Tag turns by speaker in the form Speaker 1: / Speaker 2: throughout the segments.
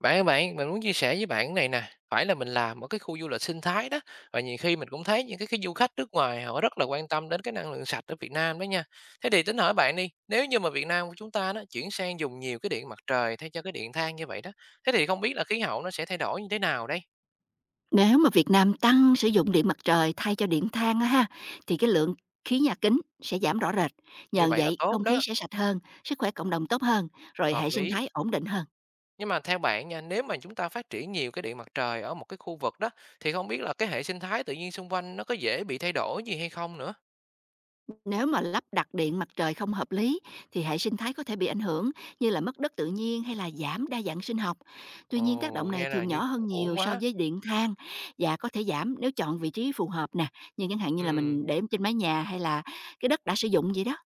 Speaker 1: Bạn ơi bạn, mình muốn chia sẻ với bạn cái này nè, phải là mình làm ở cái khu du lịch sinh thái đó và nhiều khi mình cũng thấy những cái du khách nước ngoài họ rất là quan tâm đến cái năng lượng sạch ở Việt Nam đó nha. Thế thì tính hỏi bạn đi, nếu như mà Việt Nam của chúng ta đó chuyển sang dùng nhiều cái điện mặt trời thay cho cái điện than như vậy đó, thế thì không biết là khí hậu nó sẽ thay đổi như thế nào đây?
Speaker 2: Nếu mà Việt Nam tăng sử dụng điện mặt trời thay cho điện than á ha, thì cái lượng khí nhà kính sẽ giảm rõ rệt.
Speaker 1: Như
Speaker 2: Nhờ
Speaker 1: vậy là
Speaker 2: vậy,
Speaker 1: tốt
Speaker 2: không khí
Speaker 1: đó,
Speaker 2: sẽ sạch hơn, sức khỏe cộng đồng tốt hơn, rồi
Speaker 1: hợp
Speaker 2: hệ sinh
Speaker 1: lý.
Speaker 2: thái ổn định hơn.
Speaker 1: Nhưng mà theo bạn nha, nếu mà chúng ta phát triển nhiều cái điện mặt trời ở một cái khu vực đó thì không biết là cái hệ sinh thái tự nhiên xung quanh nó có dễ bị thay đổi gì hay không nữa.
Speaker 2: Nếu mà lắp đặt điện mặt trời không hợp lý thì hệ sinh thái có thể bị ảnh hưởng, như là mất đất tự nhiên hay là giảm đa dạng sinh học. Tuy
Speaker 1: Ồ,
Speaker 2: nhiên, tác động này
Speaker 1: nghe là
Speaker 2: thường
Speaker 1: như
Speaker 2: nhỏ hơn nhiều
Speaker 1: ổn
Speaker 2: so
Speaker 1: quá.
Speaker 2: với điện than và có thể giảm nếu chọn vị trí phù hợp nè, như chẳng hạn như là
Speaker 1: Ừ.
Speaker 2: mình để trên mái nhà hay là cái đất đã sử dụng vậy đó.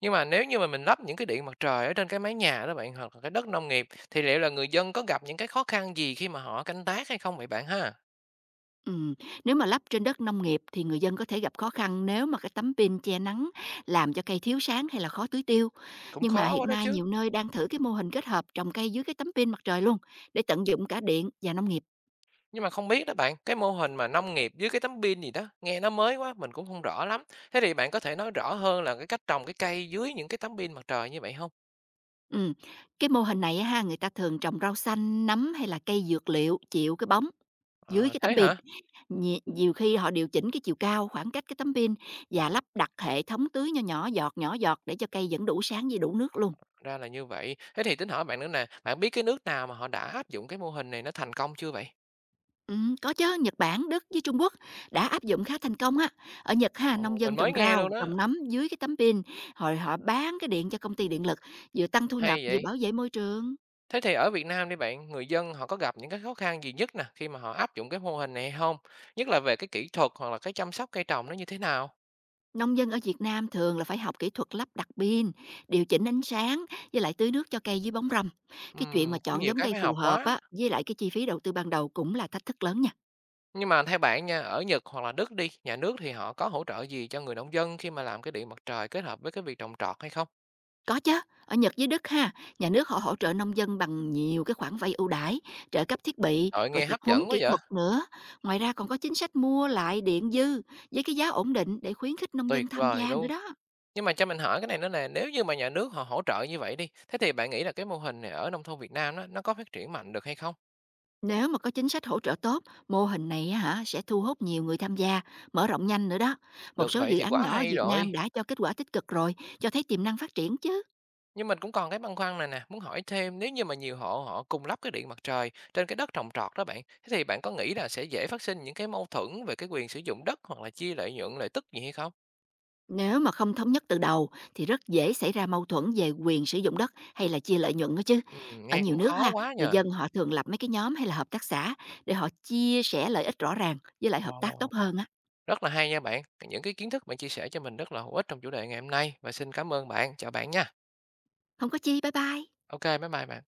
Speaker 1: Nhưng mà nếu như mà mình lắp những cái điện mặt trời ở trên cái mái nhà đó bạn, hoặc là cái đất nông nghiệp thì liệu là người dân có gặp những cái khó khăn gì khi mà họ canh tác hay không vậy bạn ha?
Speaker 2: Ừm, Nếu mà lắp trên đất nông nghiệp thì người dân có thể gặp khó khăn nếu mà cái tấm pin che nắng làm cho cây thiếu sáng hay là khó tưới tiêu.
Speaker 1: Cũng
Speaker 2: Nhưng mà
Speaker 1: khó quá
Speaker 2: hiện
Speaker 1: đó
Speaker 2: nay
Speaker 1: chứ.
Speaker 2: nhiều nơi đang thử cái mô hình kết hợp trồng cây dưới cái tấm pin mặt trời luôn, để tận dụng cả điện và nông nghiệp.
Speaker 1: Nhưng mà không biết đó bạn, cái mô hình mà nông nghiệp dưới cái tấm pin gì đó, nghe nó mới quá, mình cũng không rõ lắm. Thế thì bạn có thể nói rõ hơn là cái cách trồng cái cây dưới những cái tấm pin mặt trời như vậy không?
Speaker 2: Ừm, Cái mô hình này á ha, người ta thường trồng rau xanh, nấm hay là cây dược liệu chịu cái bóng dưới
Speaker 1: Ờ,
Speaker 2: cái tấm
Speaker 1: thế
Speaker 2: pin.
Speaker 1: hả?
Speaker 2: Nhiều khi họ điều chỉnh cái chiều cao, khoảng cách cái tấm pin và lắp đặt hệ thống tưới nhỏ nhỏ giọt để cho cây vẫn đủ sáng với đủ nước luôn.
Speaker 1: Ra là như vậy. Thế thì tính hỏi bạn nữa nè, bạn biết cái nước nào mà họ đã áp dụng cái mô hình này nó thành công chưa vậy?
Speaker 2: Có chứ, Nhật Bản, Đức với Trung Quốc đã áp dụng khá thành công á. Ở Nhật ha,
Speaker 1: Ồ,
Speaker 2: nông dân
Speaker 1: mình
Speaker 2: trồng
Speaker 1: mới nghe luôn
Speaker 2: rau,
Speaker 1: đó.
Speaker 2: trồng nấm dưới cái tấm pin, rồi họ bán cái điện cho công ty điện lực, vừa tăng thu nhập
Speaker 1: Hay
Speaker 2: vừa
Speaker 1: vậy.
Speaker 2: bảo vệ môi trường.
Speaker 1: Thế thì ở Việt Nam đi bạn, người dân họ có gặp những cái khó khăn gì nhất nè khi mà họ áp dụng cái mô hình này hay không? Nhất là về cái kỹ thuật hoặc là cái chăm sóc cây trồng nó như thế nào?
Speaker 2: Nông dân ở Việt Nam thường là phải học kỹ thuật lắp đặt pin, điều chỉnh ánh sáng với lại tưới nước cho cây dưới bóng râm. Cái chuyện mà
Speaker 1: Cũng
Speaker 2: chọn
Speaker 1: nhiều
Speaker 2: giống
Speaker 1: cái
Speaker 2: cây
Speaker 1: phải
Speaker 2: phù
Speaker 1: học
Speaker 2: hợp
Speaker 1: quá.
Speaker 2: á với lại cái chi phí đầu tư ban đầu cũng là thách thức lớn nha.
Speaker 1: Nhưng mà theo bạn nha, ở Nhật hoặc là Đức đi, nhà nước thì họ có hỗ trợ gì cho người nông dân khi mà làm cái điện mặt trời kết hợp với cái việc trồng trọt hay không?
Speaker 2: Có chứ, ở Nhật với Đức ha, nhà nước họ hỗ trợ nông dân bằng nhiều cái khoản vay ưu đãi, trợ cấp thiết bị,
Speaker 1: Trời
Speaker 2: rồi
Speaker 1: nghe
Speaker 2: tập
Speaker 1: hấp
Speaker 2: huấn
Speaker 1: dẫn quá
Speaker 2: kỹ
Speaker 1: vậy,
Speaker 2: thuật nữa. Ngoài ra còn có chính sách mua lại điện dư với cái giá ổn định để khuyến khích nông dân
Speaker 1: tuyệt
Speaker 2: tham
Speaker 1: vời
Speaker 2: gia nữa
Speaker 1: luôn.
Speaker 2: đó.
Speaker 1: Nhưng mà cho mình hỏi cái này nữa nè, nếu như mà nhà nước họ hỗ trợ như vậy đi, thế thì bạn nghĩ là cái mô hình này ở nông thôn Việt Nam đó, nó có phát triển mạnh được hay không?
Speaker 2: Nếu mà có chính sách hỗ trợ tốt, mô hình này á hả sẽ thu hút nhiều người tham gia, mở rộng nhanh nữa đó. Một
Speaker 1: Được
Speaker 2: số
Speaker 1: vậy
Speaker 2: dự
Speaker 1: thì
Speaker 2: án
Speaker 1: quá
Speaker 2: nhỏ ở
Speaker 1: hay
Speaker 2: Việt
Speaker 1: rồi.
Speaker 2: Nam đã cho kết quả tích cực rồi, cho thấy tiềm năng phát triển chứ.
Speaker 1: Nhưng mình cũng còn cái băn khoăn này nè, muốn hỏi thêm nếu như mà nhiều hộ họ cùng lắp cái điện mặt trời trên cái đất trồng trọt đó bạn, thế thì bạn có nghĩ là sẽ dễ phát sinh những cái mâu thuẫn về cái quyền sử dụng đất hoặc là chia lợi nhuận lợi tức gì hay không?
Speaker 2: Nếu mà không thống nhất từ đầu thì rất dễ xảy ra mâu thuẫn về quyền sử dụng đất hay là chia lợi nhuận đó chứ. Ở
Speaker 1: Nghe
Speaker 2: nhiều
Speaker 1: cũng
Speaker 2: nước
Speaker 1: khó
Speaker 2: ha,
Speaker 1: quá
Speaker 2: người
Speaker 1: nhờ.
Speaker 2: dân họ thường lập mấy cái nhóm hay là hợp tác xã để họ chia sẻ lợi ích rõ ràng với lại hợp tác
Speaker 1: Ồ,
Speaker 2: tốt hơn á.
Speaker 1: rất là hay nha bạn. Những cái kiến thức bạn chia sẻ cho mình rất là hữu ích trong chủ đề ngày hôm nay và xin cảm ơn bạn. Chào bạn nha.
Speaker 2: Không có chi, bye bye.
Speaker 1: Ok, bye bye bạn.